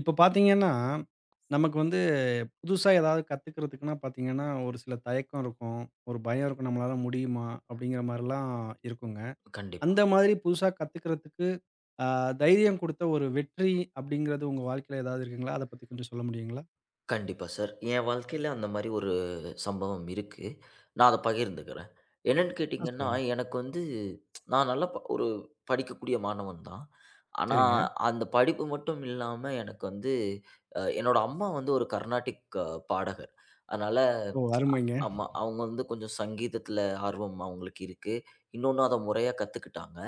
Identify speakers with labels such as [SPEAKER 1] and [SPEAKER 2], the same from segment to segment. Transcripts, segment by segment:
[SPEAKER 1] இப்ப பார்த்தீங்கன்னா, நமக்கு வந்து புதுசா ஏதாவது கத்துக்கிறதுக்குன்னா பார்த்தீங்கன்னா, ஒரு சில தயக்கம் இருக்கும். ஒரு பயம் இருக்கும். நம்மளால முடியுமா? அப்படிங்கிற மாரிலாம் இருக்குங்க.
[SPEAKER 2] கண்டிப்பா,
[SPEAKER 1] அந்த மாதிரி புதுசா கத்துக்கிறதுக்கு அ தைரியம் குடுத்த ஒரு வெற்றி அப்படிங்கிறது உங்க வாழ்க்கையில ஏதாவது இருக்குங்களா? அத பத்தி கொஞ்சம் சொல்ல முடியுங்களா?
[SPEAKER 2] கண்டிப்பா சார். என் வாழ்க்கையில அந்த மாரி ஒரு சம்பவம் இருக்கு. நான் அத பகிர்ந்துக்கிறேன். என்னன்னு
[SPEAKER 1] ஆ,
[SPEAKER 2] கேட்டீங்கன்னா,
[SPEAKER 1] சொல்லுங்க.
[SPEAKER 2] எனக்கு வந்து நான் நல்லா ஒரு படிக்கக்கூடிய மாணவன் தான். ஆனா,
[SPEAKER 1] சரிங்க.
[SPEAKER 2] அந்த படிப்பு மட்டும் இல்லாம எனக்கு வந்து என்னோட அம்மா வந்து ஒரு கர்நாடிக் பாடகர். அதனால
[SPEAKER 1] ஓ! அருமைங்க.
[SPEAKER 2] ஆமா, அவங்க வந்து கொஞ்சம் சங்கீதத்தில ஆர்வம் அவங்களுக்கு இருக்கு. இன்னொன்னு அத முறையா கத்துக்கிட்டாங்க.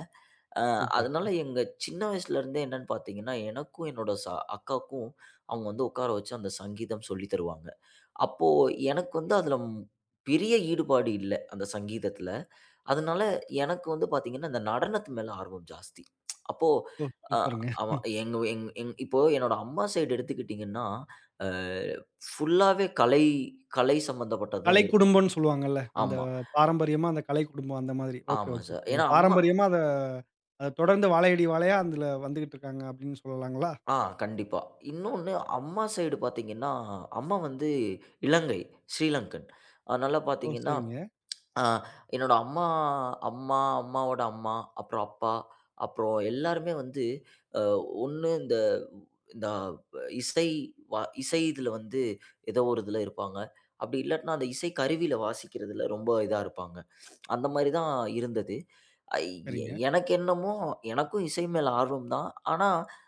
[SPEAKER 2] அ அதனால
[SPEAKER 1] சூப்பர்ங்க.
[SPEAKER 2] எங்க சின்ன வயசுலேருந்தே என்னன்னு பார்த்தீங்கன்னா, எனக்கும் என்னோட அக்காவுக்கும் அவங்க வந்து உட்கார வச்சு அந்த சங்கீதம் சொல்லி தருவாங்க. அப்போ எனக்கு வந்து அதில பெரிய ஈடுபாடு இல்ல, அந்த சங்கீதத்தில. அதனால எனக்கு வந்து பார்த்தீங்கன்னா, இந்த நடனத்து மேல ஆர்வம் ஜாஸ்தி. அப்போ
[SPEAKER 1] ஓ!
[SPEAKER 2] அ
[SPEAKER 1] சூப்பருங்க.
[SPEAKER 2] ஆமா, எங்க எங் எங் இப்போ என்னோட அம்மா சைடு எடுத்துக்கிட்டிங்கன்னா, அ ஃபுல்லாவே கலை கலை சம்மந்தப்பட்டது தான் இருக்கும்.
[SPEAKER 1] கலைக்குடும்பம்ன்னு சொல்லுவாங்கல்ல. அந்த
[SPEAKER 2] ஆமா,
[SPEAKER 1] பாரம்பரியமா அந்த கலைக்குடும்பம் அந்த மாதிரி. ஓகே,
[SPEAKER 2] ஆமா
[SPEAKER 1] ஓகே.
[SPEAKER 2] சார். ஏன்னா
[SPEAKER 1] புரியும்.
[SPEAKER 2] அம்மா
[SPEAKER 1] பாரம்பரியமா அத அத தொடர்ந்து வாழையடி வாழையா அதுல வந்துகிட்டு இருக்காங்க அப்படின்னு சொல்லலாங்களா?
[SPEAKER 2] ஆ, கண்டிப்பா. இன்னொன்னு அம்மா சைடு பார்த்தீங்கன்னா, அம்மா வந்து இலங்கை, ஸ்ரீலங்கன். அதனால
[SPEAKER 1] ஓ!
[SPEAKER 2] பார்த்தீங்கன்னா,
[SPEAKER 1] சரிங்க.
[SPEAKER 2] அ என்னோட அம்மா, அம்மாவோட அம்மா, அப்புறம் அப்பா, அப்புறம் எல்லாருமே வந்து அ ஒண்ணு இந்த இந்த இசை, வ இதுல வந்து ஏதோ ஒரு இதுல இருப்பாங்க. அப்படி இல்லாட்டினா அந்த இசை கருவியில வாசிக்கிறதுல ரொம்ப இதா இருப்பாங்க. அந்த மாரி தான் இருந்தது. அ எ
[SPEAKER 1] சரிங்க.
[SPEAKER 2] எனக்கு என்னமோ, எனக்கும் இசை மேல ஆர்வம் தான். ஆனா,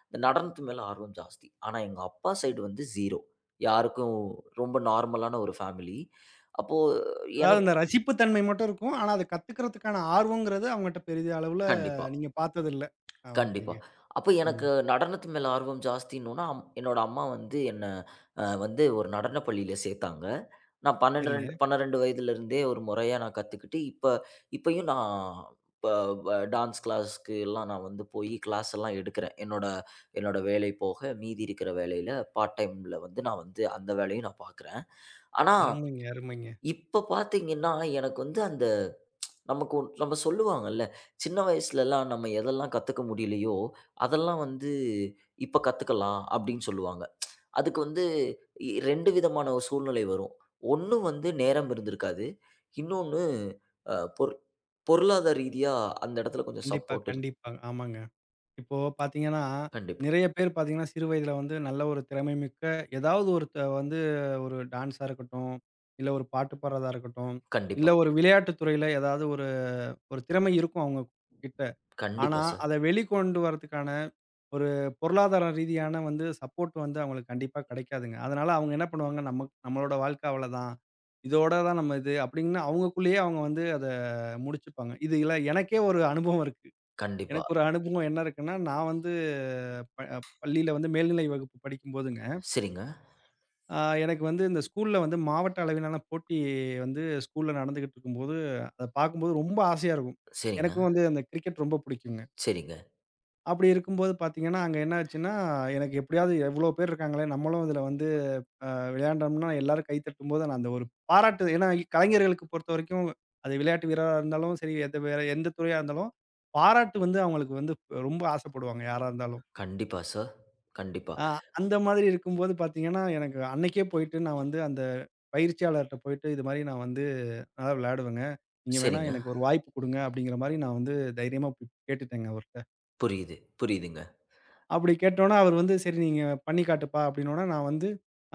[SPEAKER 2] இந்த நடனத்து மேல ஆர்வம் ஜாஸ்தி. ஆனா, எங்க அப்பா சைடு வந்து 0. யாருக்கும் ரொம்ப நார்மலான ஒரு ஃபேமிலி. அப்போ
[SPEAKER 1] அதாவது
[SPEAKER 2] எனக்
[SPEAKER 1] அந்த ரசிப்பு தன்மை மட்டும் இருக்கும். ஆனா, அத கத்துக்கிறதுக்கான ஆர்வம்ங்கிறது அவங்கட்ட பெரிய அளவுல
[SPEAKER 2] கண்டிப்பா.
[SPEAKER 1] நீங்க பார்த்ததில்ல. ஆ,
[SPEAKER 2] கண்டிப்பா.
[SPEAKER 1] ஓகேங்க.
[SPEAKER 2] அப்ப
[SPEAKER 1] ம்.
[SPEAKER 2] எனக்கு நடனத்து மேல ஆர்வம் ஜாஸ்தின்னோன, என்னோட அம்மா வந்து என்ன வந்து ஒரு நடன பள்ளியில சேத்தாங்க. நான்
[SPEAKER 1] சரிங்க.
[SPEAKER 2] 12 12 வயதிலிருந்தே ஒரு முறையா நான் கத்துக்கிட்டு, இப்ப இப்பயும் நான் ப வ டான்ஸ் கிளாஸ்க்கு எல்லாம் நான் வந்து போயி கிளாஸ் எல்லாம் எடுக்கிறேன். என்னோட என்னோட வேலை போக மீதி இருக்கிற வேலையில பார்ட் டைம்ல வந்து நான் வந்து அந்த வேலையும் நான் பார்க்குறேன். ஆனா,
[SPEAKER 1] அருமைங்க, அருமைங்க.
[SPEAKER 2] இப்ப பார்த்தீங்கன்னா, எனக்கு வந்து அந்த நமக்கு நம்ம சொல்லுவாங்கல்ல, சின்ன வயசுலலாம் நம்ம எதெல்லாம் கத்துக்க முடியலையோ, அதெல்லாம் வந்து இப்ப கத்துக்கலாம் அப்படின்னு சொல்லுவாங்க. அதுக்கு வந்து 2 விதமான ஒரு சூழ்நிலை வரும். ஒண்ணு வந்து நேரம் இருந்திருக்காது. இன்னொன்னு அ பொரு பொருளாதார ரீதியா அந்த இடத்துல கொஞ்சம்
[SPEAKER 1] கண்டிப்பா,
[SPEAKER 2] சப்போர்ட் இருக்கு.
[SPEAKER 1] கண்டிப்பா. ஆமாங்க. இப்போ பார்த்தீங்கன்னா,
[SPEAKER 2] கண்டிப்பா,
[SPEAKER 1] நிறைய பேர் பார்த்தீங்கன்னா, சிறு வயதில வந்து நல்ல ஒரு திறமை மிக்க ஏதாவது ஒரு த வந்து ஒரு டான்ஸா இருக்கட்டும், இல்ல ஒரு பாட்டு பாடுறதா இருக்கட்டும், இல்ல
[SPEAKER 2] கண்டிப்பா,
[SPEAKER 1] ஒரு விளையாட்டு துறையில ஏதாவது ஒரு ஒரு திறமை இருக்கும் அவங்க கிட்ட. ஆனா,
[SPEAKER 2] கண்டிப்பா சார்.
[SPEAKER 1] அத வெளிக்கொண்டு வரதுக்கான ஒரு பொருளாதார ரீதியான வந்து சப்போர்ட் வந்து அவங்களுக்கு கண்டிப்பா கிடைக்காதுங்க. அதனால அவங்க என்ன பண்ணுவாங்க, நம்ம நம்மளோட வாழ்க்கை அவ்வளதான். இதோட தான் நம்ம இது அப்படின்னு அவங்களுக்குள்ளேயே அவங்க வந்து அத முடிச்சுப்பாங்க. இது இல்ல எனக்கே ஒரு அனுபவம் இருக்கு.
[SPEAKER 2] கண்டிப்பா.
[SPEAKER 1] எனக்கு ஒரு அனுபவம் என்ன இருக்குன்னா, நான் வந்து ப பள்ளியில வந்து மேல்நிலை வகுப்பு படிக்கும்போதுங்க,
[SPEAKER 2] சரிங்க,
[SPEAKER 1] அ எனக்கு வந்து இந்த ஸ்கூல்ல வந்து மாவட்ட அளவிலான போட்டி வந்து ஸ்கூல்ல நடந்துகிட்டு இருக்கும்போது, அத பார்க்கும்போது ரொம்ப ஆசையா இருக்கும்.
[SPEAKER 2] சரிங்க,
[SPEAKER 1] எனக்கும் வந்து அந்த கிரிக்கெட் ரொம்ப பிடிக்குங்க.
[SPEAKER 2] சரிங்க.
[SPEAKER 1] அப்படி இருக்கும்போது பார்த்தீங்கன்னா, அங்க என்ன ஆச்சுன்னா, எனக்கு எப்படியாவது எவ்வளோ பேர் இருக்காங்களே, நம்மளும் இதில வந்து விளையாண்டோம்னா, எல்லாரும் கை தட்டும்போது, நான் அந்த ஒரு பாராட்டு ஏன்னா கலைஞர்களுக்கு பொறுத்தவரைக்கும், அது விளையாட்டு வீரரா இருந்தாலும் சரி, எந்த வேற எந்த துறையா இருந்தாலும், பாராட்டு வந்து அவங்களுக்கு வந்து ரொம்ப ஆசைப்படுவாங்க, யாரா இருந்தாலும்.
[SPEAKER 2] கண்டிப்பா சார். கண்டிப்பா.
[SPEAKER 1] அ அந்த மாதிரி இருக்கும்போது பார்த்தீங்கன்னா, எனக்கு அன்னைக்கே போயிட்டு நான் வந்து அந்த பயிற்சியாளர்ட்ட போயிட்டு, "இது மாரி நான் வந்து நல்லா விளையாடுவேங்க. நீங்க வேணா
[SPEAKER 2] சரிங்க.
[SPEAKER 1] எனக்கு ஒரு வாய்ப்பு குடுங்க." அப்படிங்கிற மாரி நான் வந்து தைரியமா போய் கேட்டுட்டேங்க அவர்ட்ட.
[SPEAKER 2] புரியுது, புரியுதுங்க.
[SPEAKER 1] அப்படி கேட்டோனே, அவரு வந்து "சரி நீங்க பண்ணி காட்டுப்பா" அப்படின்னோனே, நான் வந்து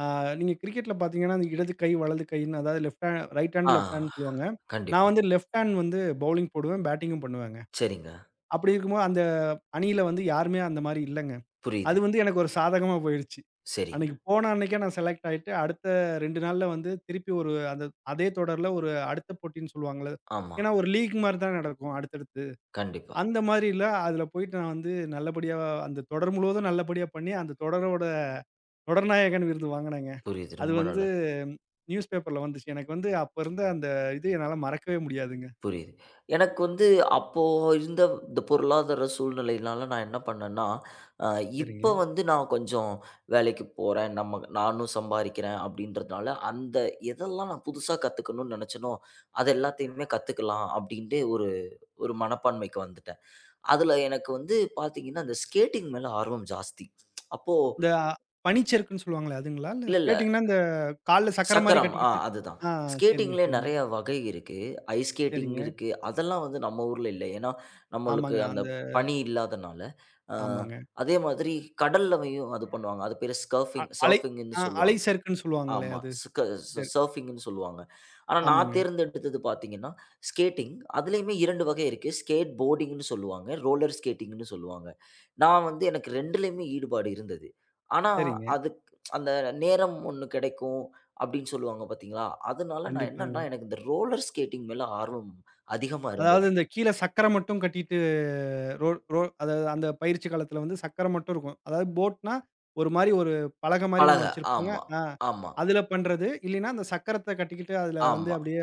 [SPEAKER 1] ஆ நீங்க கிரிக்கெட்ல பார்த்தீங்கன்னா, அந்த இடது கை, வலது கைன்னு அதாவது லெஃப்ட் ஹேண்ட் ரைட் ஹேண்ட்,
[SPEAKER 2] ஆ,
[SPEAKER 1] லெஃப்ட் ஹேண்ட்ன்னு சொல்லுவாங்க. நான்
[SPEAKER 2] கண்டிப்பா.
[SPEAKER 1] வந்து லெஃப்ட் ஹேண்ட் வந்து பவுலிங் போடுவேன், பேட்டிங்கும் பண்ணுவேங்க.
[SPEAKER 2] சரிங்க.
[SPEAKER 1] அப்படி இருக்கும்போது அந்த அணியில வந்து யாருமே அந்த மாரி இல்லங்க. அது
[SPEAKER 2] புரியுது.
[SPEAKER 1] வந்து எனக்கு ஒரு சாதகமா போயிருச்சு.
[SPEAKER 2] சரிங்க.
[SPEAKER 1] அன்னைக்கு போன அன்னைக்கே நான் செலக்ட் ஆயிட்டு, அடுத்த 2 நாள்ல வந்து திருப்பி ஒரு அந்த அதே தொடர்ல ஒரு அடுத்த போட்டின்னு சொல்லுவாங்கல்ல.
[SPEAKER 2] ஆமா.
[SPEAKER 1] ஏன்னா ஒரு லீக் மாரி தான் நடக்கும் அடுத்தடுத்து.
[SPEAKER 2] கண்டிப்பா.
[SPEAKER 1] அந்த மாரில, அதுல போயிட்டு நான் வந்து நல்லபடியா அந்த தொடர் முழுவதும் நல்லபடியா பண்ணி, அந்த தொடரோட தொடர்நாயகன் விருது வாங்குனேங்க.
[SPEAKER 2] புரியுது.
[SPEAKER 1] அது
[SPEAKER 2] ரொம்ப
[SPEAKER 1] வந்து
[SPEAKER 2] நல்லது.
[SPEAKER 1] நியூஸ் பேப்பர்ல வந்துச்சு. எனக்கு வந்து அப்ப இருந்த அந்த இது என்னால மறக்கவே முடியாதுங்க.
[SPEAKER 2] புரியுது. எனக்கு வந்து அப்போ இருந்த இந்த பொருளாதார சூழ்நிலையினால நான் என்ன பண்ணேன்னா, அ
[SPEAKER 1] சரிங்க.
[SPEAKER 2] இப்ப வந்து நான் கொஞ்சம் வேலைக்கு போறேன். நம்ம நானும் சம்பாரிக்கிறேன் அப்டின்றதுனால, அந்த எதெல்லாம் நான் புதுசா கத்துக்கணும்னு நெனச்சேனோ, அது எல்லாத்தையுமே கத்துக்கலாம் அப்டின்ட்டு ஒரு ஒரு மனப்பான்மைக்கு வந்துட்டேன். அதுல எனக்கு வந்து பாத்தீங்கன்னா, இந்த ஸ்கேட்டிங் மேல ஆர்வம் ஜாஸ்தி. அப்போ
[SPEAKER 1] இந்த பனிச்சறுக்குன்னு சொல்லுவாங்களே அதுங்களா? இல்ல
[SPEAKER 2] இல்லல்ல.
[SPEAKER 1] ஸ்கேட்டிங்னா இந்த கால்ல சக்கர மாரி
[SPEAKER 2] சக்கரம். ஆ,
[SPEAKER 1] கட்டிக்கிட்டு
[SPEAKER 2] அதுதான்.
[SPEAKER 1] ஆ, சரிங்க,
[SPEAKER 2] ஸ்கேட்டிங்லயே
[SPEAKER 1] சரிங்க,
[SPEAKER 2] நெறைய வகை இருக்கு. ஐஸ் ஸ்கேட்டிங்
[SPEAKER 1] சரிங்க.
[SPEAKER 2] இருக்கு. அதெல்லாம் வந்து நம்ம ஊர்ல இல்ல. ஏன்னா, நம்மளுக்கு
[SPEAKER 1] ஆமாங்க.
[SPEAKER 2] அந்த
[SPEAKER 1] அந்த
[SPEAKER 2] பனி இல்லாதனால. அ
[SPEAKER 1] ஆமாங்க.
[SPEAKER 2] அதே மாதிரி கடல்லயும் அது பண்ணுவாங்க. அது பேரு
[SPEAKER 1] அ
[SPEAKER 2] ஸ்கர்ஃபிங்
[SPEAKER 1] அலை
[SPEAKER 2] சர்ஃபிங்ன்னு
[SPEAKER 1] அ அலை
[SPEAKER 2] சொல்லுவாங்க.
[SPEAKER 1] சறுக்குன்னு சொல்லுவாங்களே
[SPEAKER 2] ஆமா.
[SPEAKER 1] அது.
[SPEAKER 2] ஸ்க ச
[SPEAKER 1] சரி.
[SPEAKER 2] சர்ஃபிங்குன்னு சொல்லுவாங்க. ஆனா நான்
[SPEAKER 1] ஆமாங்க.
[SPEAKER 2] தேர்ந்தெடுத்தது பார்த்தீங்கன்னா, ஸ்கேட்டிங். அதுலயுமே 2 வகை இருக்கு. ஸ்கேட் போர்டிங்ன்னு சொல்லுவாங்க. ரோலர் ஸ்கேட்டிங்ன்னு சொல்லுவாங்க. நான் வந்து எனக்கு 2லயுமே ஈடுபாடு இருந்தது. ஆனா,
[SPEAKER 1] சரிங்க.
[SPEAKER 2] அதுக் அந்த நேரம் ஒண்ணு கிடைக்கும் அப்படின்னு சொல்லுவாங்க பார்த்தீங்களா? அதனால நான்
[SPEAKER 1] கண்டிப்பாங்க.
[SPEAKER 2] என்னன்னா, எனக்கு இந்த ரோலர் ஸ்கேட்டிங் மேல ஆர்வம் அதிகமா
[SPEAKER 1] அதாவது
[SPEAKER 2] இருந்தது.
[SPEAKER 1] இந்த கீழ சக்கரம் மட்டும் கட்டிட்டு ரோ ரோ அதாவது அந்த பயிற்சி காலத்துல வந்து சக்கரம் மட்டும் இருக்கும். அதாவது போட்னா, ஒரு மாரி ஒரு பலகை மாரி
[SPEAKER 2] பழக.
[SPEAKER 1] ஒண்ணு வச்சிருப்பாங்க.
[SPEAKER 2] ஆமா,
[SPEAKER 1] ஆ,
[SPEAKER 2] ஆமா,
[SPEAKER 1] அதுல பண்றது. இல்லைன்னா, அந்த சக்கரத்த கட்டிக்கிட்டு அதுல வந்து
[SPEAKER 2] ஆமா,
[SPEAKER 1] அப்படியே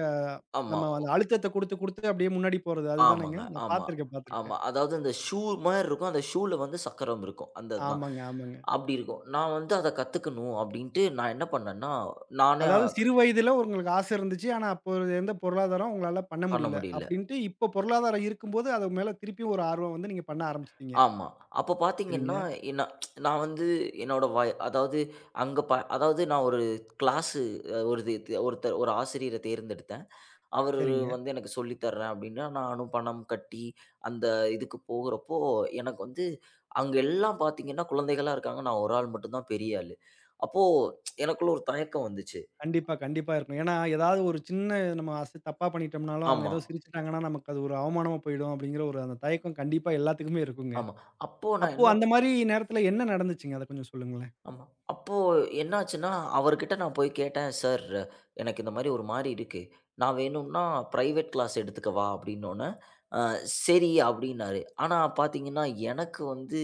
[SPEAKER 2] ஆமா.
[SPEAKER 1] நம்ம அந்த அழுத்தத்த குடுத்து, குடுத்து அப்படியே முன்னாடி போறது. அதுதானேங்க?
[SPEAKER 2] ஆமாங்க.
[SPEAKER 1] நான்
[SPEAKER 2] ஆமா,
[SPEAKER 1] பார்த்துருக்கேன், பார்த்துருக்கேன்.
[SPEAKER 2] ஆமா. அதாவது அந்த ஷூ மாரி இருக்கும். அந்த ஷூல வந்து சக்கரம் இருக்கும். அந்த இதுதான்.
[SPEAKER 1] ஆமாங்க, ஆமாங்க.
[SPEAKER 2] அப்படி இருக்கும். நான் வந்து அத கத்துக்கணும் அப்படின்ட்டு நான் என்ன பண்ணேன்னா, நானே
[SPEAKER 1] அதாவது சிறு வயதில உங்களுக்கு ஆசை இருந்துச்சு. ஆனா, அப்போ இருந்த பொருளாதாரம் உங்களால பண்ண
[SPEAKER 2] பண்ண
[SPEAKER 1] முடியல.
[SPEAKER 2] முடியல.
[SPEAKER 1] அப்படின்ட்டு இப்போ பொருளாதாரம் இருக்கும்போது, அது மேல திருப்பியும் ஒரு ஆர்வம் வந்து நீங்க பண்ண ஆரம்பிச்சுட்டீங்க.
[SPEAKER 2] ஆமா. அப்ப
[SPEAKER 1] சரிங்க,
[SPEAKER 2] பார்த்தீங்கன்னா, என்ன நான் வந்து என்னோட அதாவது அங்க அதாவது நான் ஒரு கிளாஸு ஒரு இது இது- ஒருத்தர் ஒரு ஆசிரியர தேர்ந்தெடுத்தேன். அவரு
[SPEAKER 1] சரிங்க.
[SPEAKER 2] வந்து எனக்கு சொல்லி தர்றேன் அப்படின்னா, நானும் பணம் கட்டி அந்த இதுக்கு போகுறப்போ, எனக்கு வந்து அங்க எல்லாம் பார்த்தீங்கன்னா, குழந்தைகளா இருக்காங்க. நான் ஒரு ஆள் மட்டும் தான் பெரிய ஆளு. அப்போ எனக்குள்ள ஒரு தயக்கம் வந்துச்சு.
[SPEAKER 1] கண்டிப்பா, கண்டிப்பா இருக்கணும். ஏன்னா, ஏதாவது ஒரு சின்ன நம்ம அச தப்பா பண்ணிட்டோம்னாலும், அவங்க
[SPEAKER 2] ஆமா,
[SPEAKER 1] ஏதோ சிரிச்சுட்டாங்கன்னா, நமக்கு அது ஒரு அவமானமா போயிடும் அப்படிங்கிற ஒரு அந்த தயக்கம் கண்டிப்பா எல்லாத்துக்குமே இருக்குங்க.
[SPEAKER 2] ஆமா. அப்போ நான்
[SPEAKER 1] அப்போ
[SPEAKER 2] என்ன
[SPEAKER 1] அந்த மாரி நேரத்துல என்ன நடந்துச்சுங்க? அத கொஞ்சம் சொல்லுங்களேன்.
[SPEAKER 2] ஆமா. அப்போ என்னாச்சுன்னா, அவர்கிட்ட நான் போய் கேட்டேன், "சார், எனக்கு இந்த மாரி ஒரு மாரி இருக்கு. நான் வேணும்னா பிரைவேட் கிளாஸ் எடுத்துக்கவா?" அப்படின்னோன, "சரி" அப்டின்னாரு. ஆனா பாத்தீங்கன்னா, எனக்கு வந்து,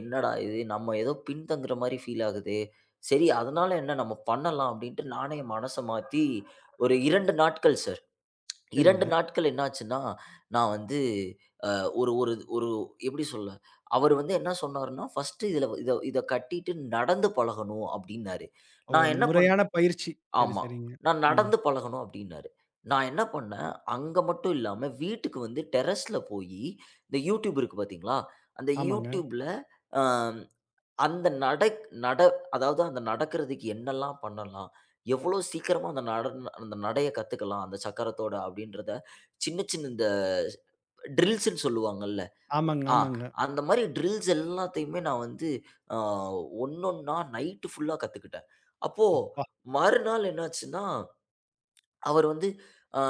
[SPEAKER 2] "என்னடா இது! நம்ம ஏதோ பின்தங்குற மாரி ஃபீல் ஆகுதே! சரி அதனால என்ன நம்ம பண்ணலாம்" அப்டின்ட்டு நானே மனச மாத்தி ஒரு 2 நாட்கள் சார். 2
[SPEAKER 1] சரிங்க.
[SPEAKER 2] நாட்கள் என்னாச்சுன்னா, நான் வந்து ஒரு ஒரு ஒரு எப்டி சொல்ல? அவரு வந்து என்ன சொன்னாருன்னா, "ஃபர்ஸ்ட்டு இதுல இத இத கட்டிட்டு நடந்து பழகணும்" அப்டின்னாரு.
[SPEAKER 1] ஓ!
[SPEAKER 2] நான்
[SPEAKER 1] அந்த
[SPEAKER 2] என்ன பண்ணேன்.
[SPEAKER 1] முறையான பயிற்சி. சரி,
[SPEAKER 2] ஆமா.
[SPEAKER 1] சரிங்க.
[SPEAKER 2] நான்
[SPEAKER 1] ம்.
[SPEAKER 2] நடந்து பழகணும் அப்டின்னாரு. நான் என்ன பண்ணேன், அங்க மட்டும் இல்லாம வீட்டுக்கு வந்து டெர்ரஸ்ல போயி, இந்த YouTube இருக்கு பாத்தீங்களா? அந்த
[SPEAKER 1] ஆமாங்க.
[SPEAKER 2] YouTubeல அ அந்த நடக் நட அதாவது அந்த நடக்கிறதுக்கு என்னலாம் பண்ணலாம்? எவ்ளோ சீக்கிரமா அந்த நடைய கத்துக்கலாம், அந்த சக்கரத்தோட அப்டின்றத சின்ன சின்ன இந்த ட்ரில்ஸ்ன்னு சொல்லுவாங்கல்ல.
[SPEAKER 1] ஆமாங்க,
[SPEAKER 2] ஆ,
[SPEAKER 1] ஆமாங்க.
[SPEAKER 2] அந்த மாரி ட்ரில்ஸ் எல்லாத்தையுமே நான் வந்து அ ஒண்ணொன்னா நைட்டு ஃபுல்லா கத்துக்கிட்டேன். அப்போ
[SPEAKER 1] அப்பா!
[SPEAKER 2] மறுநாள் என்னாச்சுன்னா அவர் வந்து அ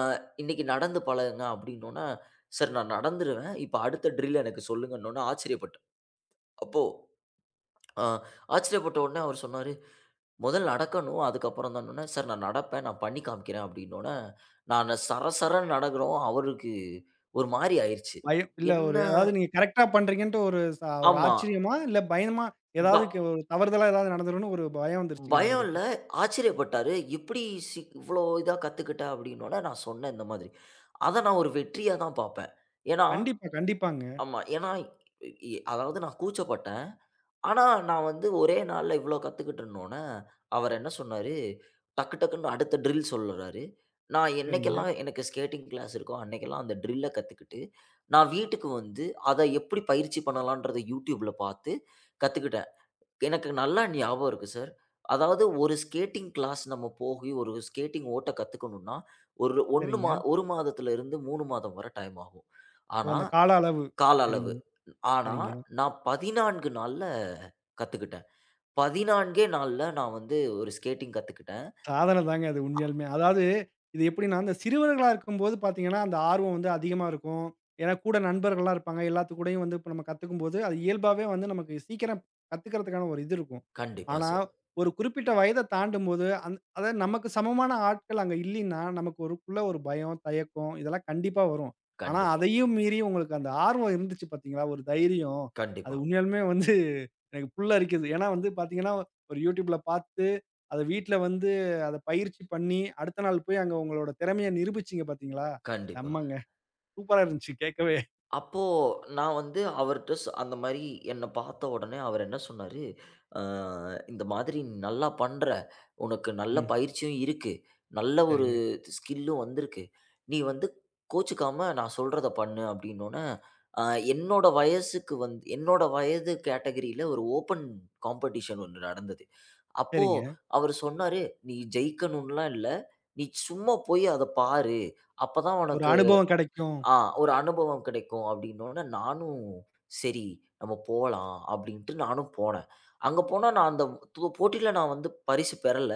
[SPEAKER 2] "இன்னைக்கு நடந்து பழகுங்க" அப்படின்னோன, "சரி நான் நடந்துருவேன். இப்ப அடுத்த ட்ரில் எனக்கு சொல்லுங்கன்னோன" ஆச்சரியப்பட்டேன். அப்போ அ ஆச்சரியப்பட்ட உடனே அவர் சொன்னாரு, "முதல்ல நடக்கணும். அதுக்கப்புறம் தான்னோன" "சார் நான் நடப்பேன். நான் பண்ணி காமிக்கிறேன்" அப்படின்னோன, நானு சரசரன்னு நடக்குறோம். அவருக்கு ஒரு மாரி ஆயிருச்சு.
[SPEAKER 1] பயம் இல்ல
[SPEAKER 2] என்ன
[SPEAKER 1] ஒரு அதாவது நீங்க கரெக்ட்டா பண்றீங்கன்ட்டு ஒரு ச ஒரு
[SPEAKER 2] ஆமா.
[SPEAKER 1] ஆச்சரியமா? இல்ல பயமா?
[SPEAKER 2] ப
[SPEAKER 1] ஏதாவது க ஒரு தவறுதலா ஏதாவது நடந்துரும்னு ஒரு பயம் வந்துருச்சுங்களா
[SPEAKER 2] பயம்
[SPEAKER 1] அவருக்கு?
[SPEAKER 2] இல்ல. ஆச்சரியப்பட்டாரு. "எப்படி இவ்வளோ இதா கத்துக்கிட்ட?" அப்படின்னோன, நான் சொன்னேன் இந்த மாதிரி. அத நான் ஒரு வெற்றியா தான் பார்ப்பேன். ஏன்னா
[SPEAKER 1] கண்டிப்பா, கண்டிப்பாங்க.
[SPEAKER 2] ஆமா. ஏன்னா, அதாவது நான் கூச்சப்பட்டேன். ஆனா, நான் வந்து ஒரே நாள்ல இவ்ளோ கத்துக்கிட்டுருந்தோன, அவர் என்ன சொன்னாரு, டக்கு டக்குன்னு அடுத்த ட்ரில் சொல்றாரு. நான்
[SPEAKER 1] சரிங்க,
[SPEAKER 2] என்னைக்கெல்லாம் எனக்கு ஸ்கேட்டிங் கிளாஸ் இருக்கோ, அன்னைக்கெல்லாம் அந்த ட்ரில்ல கத்துக்கிட்டு, நான் வீட்டுக்கு வந்து அத எப்படி பயிற்சி பண்ணலான்றத YouTubeல பாத்து கத்துக்கிட்டேன். எனக்கு நல்லா ஞாபகம் இருக்கு சார். அதாவது ஒரு ஸ்கேட்டிங் கிளாஸ் நம்ம போகி ஒரு ஸ்கேட்டிங் ஓட்ட கத்துக்கணும்னா, ஒரு 1
[SPEAKER 1] சரிங்க.
[SPEAKER 2] 1 மாதத்துல இருந்து 3 மாதம் வரை டைம் ஆகும்.
[SPEAKER 1] ஓ!
[SPEAKER 2] ஆனா
[SPEAKER 1] அந்த கால அளவு.
[SPEAKER 2] கால அளவு.
[SPEAKER 1] சரிங்க,
[SPEAKER 2] ஆனா,
[SPEAKER 1] சரிங்க.
[SPEAKER 2] நான் 14 நாள்ல கத்துக்கிட்டேன். 14 நாள்ல நான் வந்து ஒரு ஸ்கேட்டிங் கத்துக்கிட்டேன்.
[SPEAKER 1] சாதனை தாங்க அது உண்மையாலுமே. அதாவது இது எப்படின்னா, அந்த சிறுவர்களா இருக்கும்போது பார்த்தீங்கன்னா, அந்த ஆர்வம் வந்து அதிகமா இருக்கும். ஏன்னா கூட நண்பர்கள்லாம் இருப்பாங்க. எல்லாத்து கூடயும் வந்து இப்ப நம்ம கத்துக்கும்போது, அது இயல்பாவே வந்து நமக்கு சீக்கிரம் கத்துக்கிறதுக்கான ஒரு இது இருக்கும்.
[SPEAKER 2] கண்டிப்பா
[SPEAKER 1] ஆனா,
[SPEAKER 2] சார்.
[SPEAKER 1] ஒரு குறிப்பிட்ட வயத தாண்டும்போது, அந் அதாவது நமக்கு சமமான ஆட்கள் அங்க இல்லைன்னா, நமக்கு ஒருக்குள்ள ஒரு பயம், தயக்கம் இதெல்லாம் கண்டிப்பா வரும். ஆனா,
[SPEAKER 2] கண்டிப்பா,
[SPEAKER 1] அதையும் மீறி உங்களுக்கு அந்த ஆர்வம் இருந்துச்சு பார்த்தீங்களா? ஒரு தைரியம். அது
[SPEAKER 2] கண்டிப்பா,
[SPEAKER 1] உண்மையாலுமே வந்து எனக்கு புல்லரிக்குது. ஏன்னா வந்து பார்த்தீங்கன்னா, ஒரு YouTubeல பார்த்து, அத வீட்ல வந்து அத பயிற்சி பண்ணி, அடுத்த நாள் போய் அங்க உங்களோட திறமைய நிரூபிச்சீங்க பாத்தீங்களா?
[SPEAKER 2] கண்டிப்பா.
[SPEAKER 1] செம்மங்க. சூப்பரா இருந்துச்சு கேட்கவே.
[SPEAKER 2] அப்போ நான் வந்து அவர்ட்ட அந்த மாரி என்ன பார்த்த உடனே அவர் என்ன சொன்னாரு, "அ இந்த மாதிரி நீ நல்லா பண்ற. உனக்கு நல்ல
[SPEAKER 1] ம்.
[SPEAKER 2] பயிற்சியும் இருக்கு. நல்ல ஒரு
[SPEAKER 1] சரிங்க,
[SPEAKER 2] ஸ்கில்லும் வந்திருக்கு. நீ வந்து கோச்சுக்காம நான் சொல்றத பண்ணு." அப்படின்னோன, அ என்னோட வயசுக்கு வந்து என்னோட வயது கேட்டகரியில ஒரு ஓப்பன் காம்படிஷன் ஒண்ணு நடந்தது. அப்போ
[SPEAKER 1] சரிங்க.
[SPEAKER 2] அவரு சொன்னாரு, "நீ ஜெயிக்கணும்லாம் இல்ல. நீ சும்மா போய் அத பாரு. அப்பதான்
[SPEAKER 1] ஒரு
[SPEAKER 2] உனக்கு
[SPEAKER 1] அனுபவம் கெடைக்கும்.
[SPEAKER 2] ஆ, ஒரு அனுபவம் கிடைக்கும் அப்படின்னோன, நானும் சரி, நம்ம போலாம் அப்படின்ட்டு நானும் போனேன். அங்க போனா நான் அந்த போட்டியில நான் வந்து பரிசு பெறல.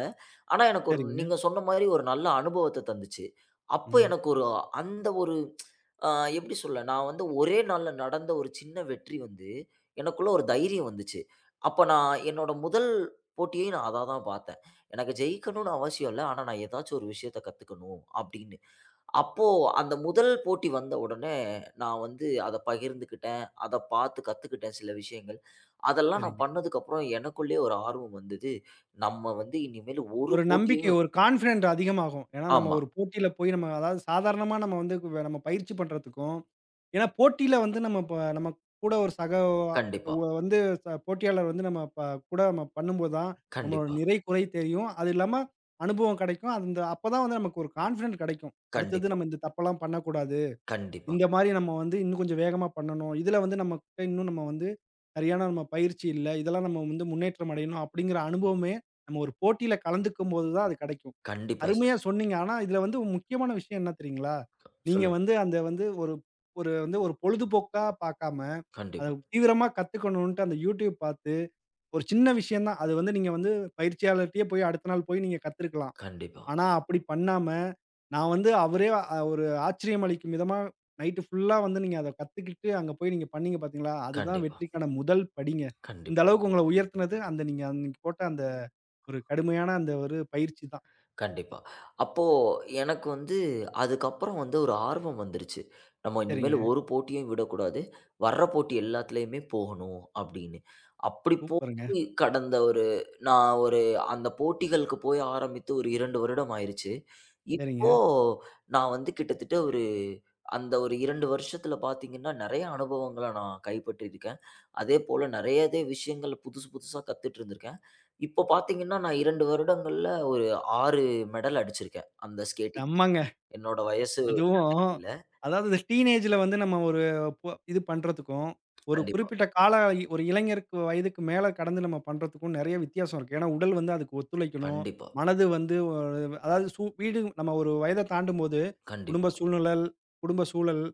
[SPEAKER 2] ஆனா எனக்கு ஒரு
[SPEAKER 1] சரிங்க.
[SPEAKER 2] நீங்க சொன்ன மாரி ஒரு நல்ல அனுபவத்த தந்துச்சு. அப்ப
[SPEAKER 1] ம்.
[SPEAKER 2] எனக்கு ஒரு அந்த ஒரு அ எப்படி சொல்ல, நான் வந்து ஒரே நாள்ல நடந்த ஒரு சின்ன வெற்றி வந்து எனக்குள்ள ஒரு தைரியம் வந்துச்சு. அப்ப நான் என்னோட முதல் போட்டியை நான் அதா தான் பார்த்தேன். எனக்கு ஜெயிக்கணும்னு அவசியம் இல்ல. ஆனா நான் ஏதாச்சும் ஒரு விஷயத்த கத்துக்கணும் அப்படின்னு. அப்போ அந்த முதல் போட்டி வந்த உடனே, நான் வந்து அத பகிர்ந்துக்கிட்டேன். அத பார்த்து கத்துக்கிட்டேன் சில விஷயங்கள். அதெல்லாம் நான்
[SPEAKER 1] சரிங்க.
[SPEAKER 2] பண்ணதுக்கப்புறம் எனக்குள்ளேயே ஒரு ஆர்வம் வந்தது. நம்ம வந்து இனிமேல் ஒரு
[SPEAKER 1] ஒரு நம்பிக்கை,
[SPEAKER 2] போட்டியையும்
[SPEAKER 1] ஒரு கான்ஃபிடென்ட் அதிகமாகும். ஏன்னா, நம்ம
[SPEAKER 2] ஆமா.
[SPEAKER 1] ஒரு போட்டியில போய் நம்ம அதாவது சாதாரணமா நம்ம வந்து கு- நம்ம பயிற்சி பண்றதுக்கும், ஏன்னா போட்டியில வந்து நம்ம இப்ப நம்ம கூட ஒரு சக
[SPEAKER 2] கண்டிப்பா,
[SPEAKER 1] வ வந்து ச போட்டியாளர் வந்து நம்ம ப கூட நம்ம பண்ணும்போது தான் நம்மளோட
[SPEAKER 2] கண்டிப்பா,
[SPEAKER 1] நிறை, குறை தெரியும். அது இல்லாம அனுபவம் கெடைக்கும். அந்த அப்பதான் வந்து நமக்கு ஒரு கான்ஃபிடென்ட் கெடைக்கும். அடுத்தது
[SPEAKER 2] கண்டிப்பா,
[SPEAKER 1] நம்ம இந்த தப்பெல்லாம் பண்ணக்கூடாது.
[SPEAKER 2] கண்டிப்பா,
[SPEAKER 1] இந்த மாரி நம்ம வந்து இன்னும் கொஞ்சம் வேகமா பண்ணணும். இதுல வந்து நம்மகிட்ட இன்னும் நம்ம வந்து சரியான நம்ம பயிற்சி இல்ல. இதெல்லாம் நம்ம வந்து முன்னேற்றம் அடையணும் அப்படிங்கிற அனுபவமே நம்ம ஒரு போட்டியில கலந்துக்கும்போது தான் அது கெடைக்கும்.
[SPEAKER 2] கண்டிப்பா சார்.
[SPEAKER 1] அருமையா சொன்னீங்க. ஆனா இதுல வந்து ஒரு முக்கியமான விஷயம் என்ன தெரியுங்களா? நீங்க
[SPEAKER 2] சொல்லுங்க.
[SPEAKER 1] வந்து அந்த வந்து ஒரு ஒரு வந்து ஒரு பொழுதுபோக்கா பார்க்காம, அத
[SPEAKER 2] கண்டிப்பா,
[SPEAKER 1] தீவிரமா கத்துக்கணுன்ட்டு அந்த YouTube பார்த்து ஒரு சின்ன விஷயம் தான். அது வந்து நீங்க வந்து பயிற்சியாளர்ட்டயே போய் அடுத்த நாள் போய் நீங்க கத்துருக்கலாம்.
[SPEAKER 2] கண்டிப்பா,
[SPEAKER 1] ஆனா, அப்படி பண்ணாம, நான் வந்து அவரே ஒரு ஆச்சரியம் அளிக்கும் விதமா, நைட்டு ஃபுல்லா வந்து நீங்க அத கத்துக்கிட்டு, அங்க போய் நீங்க பண்ணீங்க பார்த்தீங்களா? அதுதான்
[SPEAKER 2] கண்டிப்பா,
[SPEAKER 1] வெற்றிக்கான முதல் படிங்க. இந்த
[SPEAKER 2] கண்டிப்பா.
[SPEAKER 1] அளவுக்கு உங்கள உயர்த்துனது, அந்த நீங்க அன்னைக்கு போட்ட அந்த ஒரு கடுமையான அந்த ஒரு பயிற்சி தான்.
[SPEAKER 2] கண்டிப்பா. அப்போ எனக்கு வந்து அதுக்கப்புறம் வந்து ஒரு ஆர்வம் வந்துருச்சு. நம்ம
[SPEAKER 1] சரிங்க.
[SPEAKER 2] இனிமேல் ஒரு போட்டியும் விடக்கூடாது. வர்ற போட்டி எல்லாத்துலயுமே போகணும் அப்படின்னு. அப்படி
[SPEAKER 1] சூப்பருங்க.
[SPEAKER 2] போய் கடந்த ஒரு நான் ஒரு அந்த போட்டிகளுக்கு போய் ஆரம்பித்து ஒரு 2 வருடம் ஆயிருச்சு. இப்போ
[SPEAKER 1] சரிங்க.
[SPEAKER 2] நான் வந்து கிட்டத்தட்ட ஒரு அந்த ஒரு 2 வருஷத்துல பார்த்தீங்கன்னா, நெறைய அனுபவங்கள நான் கைப்பற்றியிருக்கேன். அதேபோல நெறையவே விஷயங்கள் புதுசு புதுசா கத்துட்டு இருந்திருக்கேன். இப்போ பார்த்தீங்கன்னா, நான் 2 வருடங்கள்ல ஒரு 6 மெடல் அடிச்சிருக்கேன். அந்த ஸ்கேட்டிங்
[SPEAKER 1] செம்மங்க.
[SPEAKER 2] என்னோட வயசு
[SPEAKER 1] அதுவும்
[SPEAKER 2] கேட்டகரில.
[SPEAKER 1] அதாவது இந்த டீனேஜ்ல வந்து நம்ம ஒரு பொ இது பண்றதுக்கும், ஒரு
[SPEAKER 2] கண்டிப்பா,
[SPEAKER 1] குறிப்பிட்ட கால இ- ஒரு இளைஞருக்கு வயதுக்கு மேல கடந்து நம்ம பண்றதுக்கும் நெறைய வித்தியாசம் இருக்கு. ஏன்னா, உடல் வந்து அதுக்கு ஒத்துழைக்கணும்.
[SPEAKER 2] கண்டிப்பா,
[SPEAKER 1] மனது வந்து ஒ அதாவது சு வீடு நம்ம ஒரு வயத தாண்டும்போது, குடும்ப
[SPEAKER 2] கண்டிப்பா,
[SPEAKER 1] சூழ்நிழல் குடும்ப சூழல்,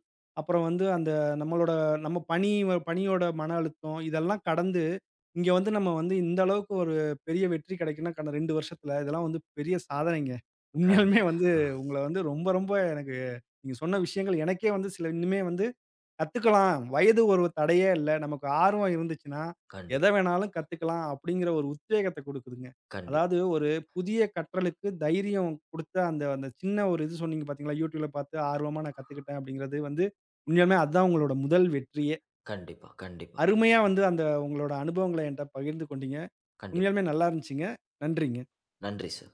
[SPEAKER 1] அப்புறம் வந்து அந்த நம்மளோட நம்ம பணி பணியோட மன அழுத்தம் இதெல்லாம் கடந்து, இங்க வந்து நம்ம வந்து இந்த அளவுக்கு ஒரு பெரிய வெற்றி கிடைக்கும்னா, கடந்த 2 வருஷத்துல இதெல்லாம் வந்து பெரிய சாதனைங்க. உண்மையாலுமே
[SPEAKER 2] கண்டிப்பா,
[SPEAKER 1] வந்து
[SPEAKER 2] ஆ,
[SPEAKER 1] உங்கள வந்து ரொம்ப ரொம்ப எனக்கு நீங்க சொன்ன விஷயங்கள் எனக்கே வந்து சில இன்னுமே வந்து கத்துக்கலாம். வயது ஒரு தடையே இல்ல. நமக்கு ஆர்வம் இருந்துச்சுன்னா, எத
[SPEAKER 2] கண்டிப்பா,
[SPEAKER 1] வேணாலும் கத்துக்கலாம் அப்படிங்கிற ஒரு உத்வேகத்த குடுக்குதுங்க.
[SPEAKER 2] கண்டிப்பா,
[SPEAKER 1] அதாவது ஒரு புதிய கற்றலுக்கு தைரியம் குடுத்த அந்த அந்த சின்ன ஒரு இது சொன்னீங்க பார்த்தீங்களா? YouTubeல பார்த்து ஆர்வமா நான் கத்துக்கிட்டேன் அப்படிங்கிறது வந்து, உண்மையாலுமே அதான் உங்களோட முதல் வெற்றியே.
[SPEAKER 2] கண்டிப்பா, கண்டிப்பா,
[SPEAKER 1] அருமையா வந்து அந்த உங்களோட அனுபவங்கள என்ட்ட பகிர்ந்து கொண்டீங்க.
[SPEAKER 2] கண்டிப்பா.
[SPEAKER 1] உண்மையாலுமே நல்லா இருந்துச்சுங்க. நன்றிங்க.
[SPEAKER 2] நன்றி சார்.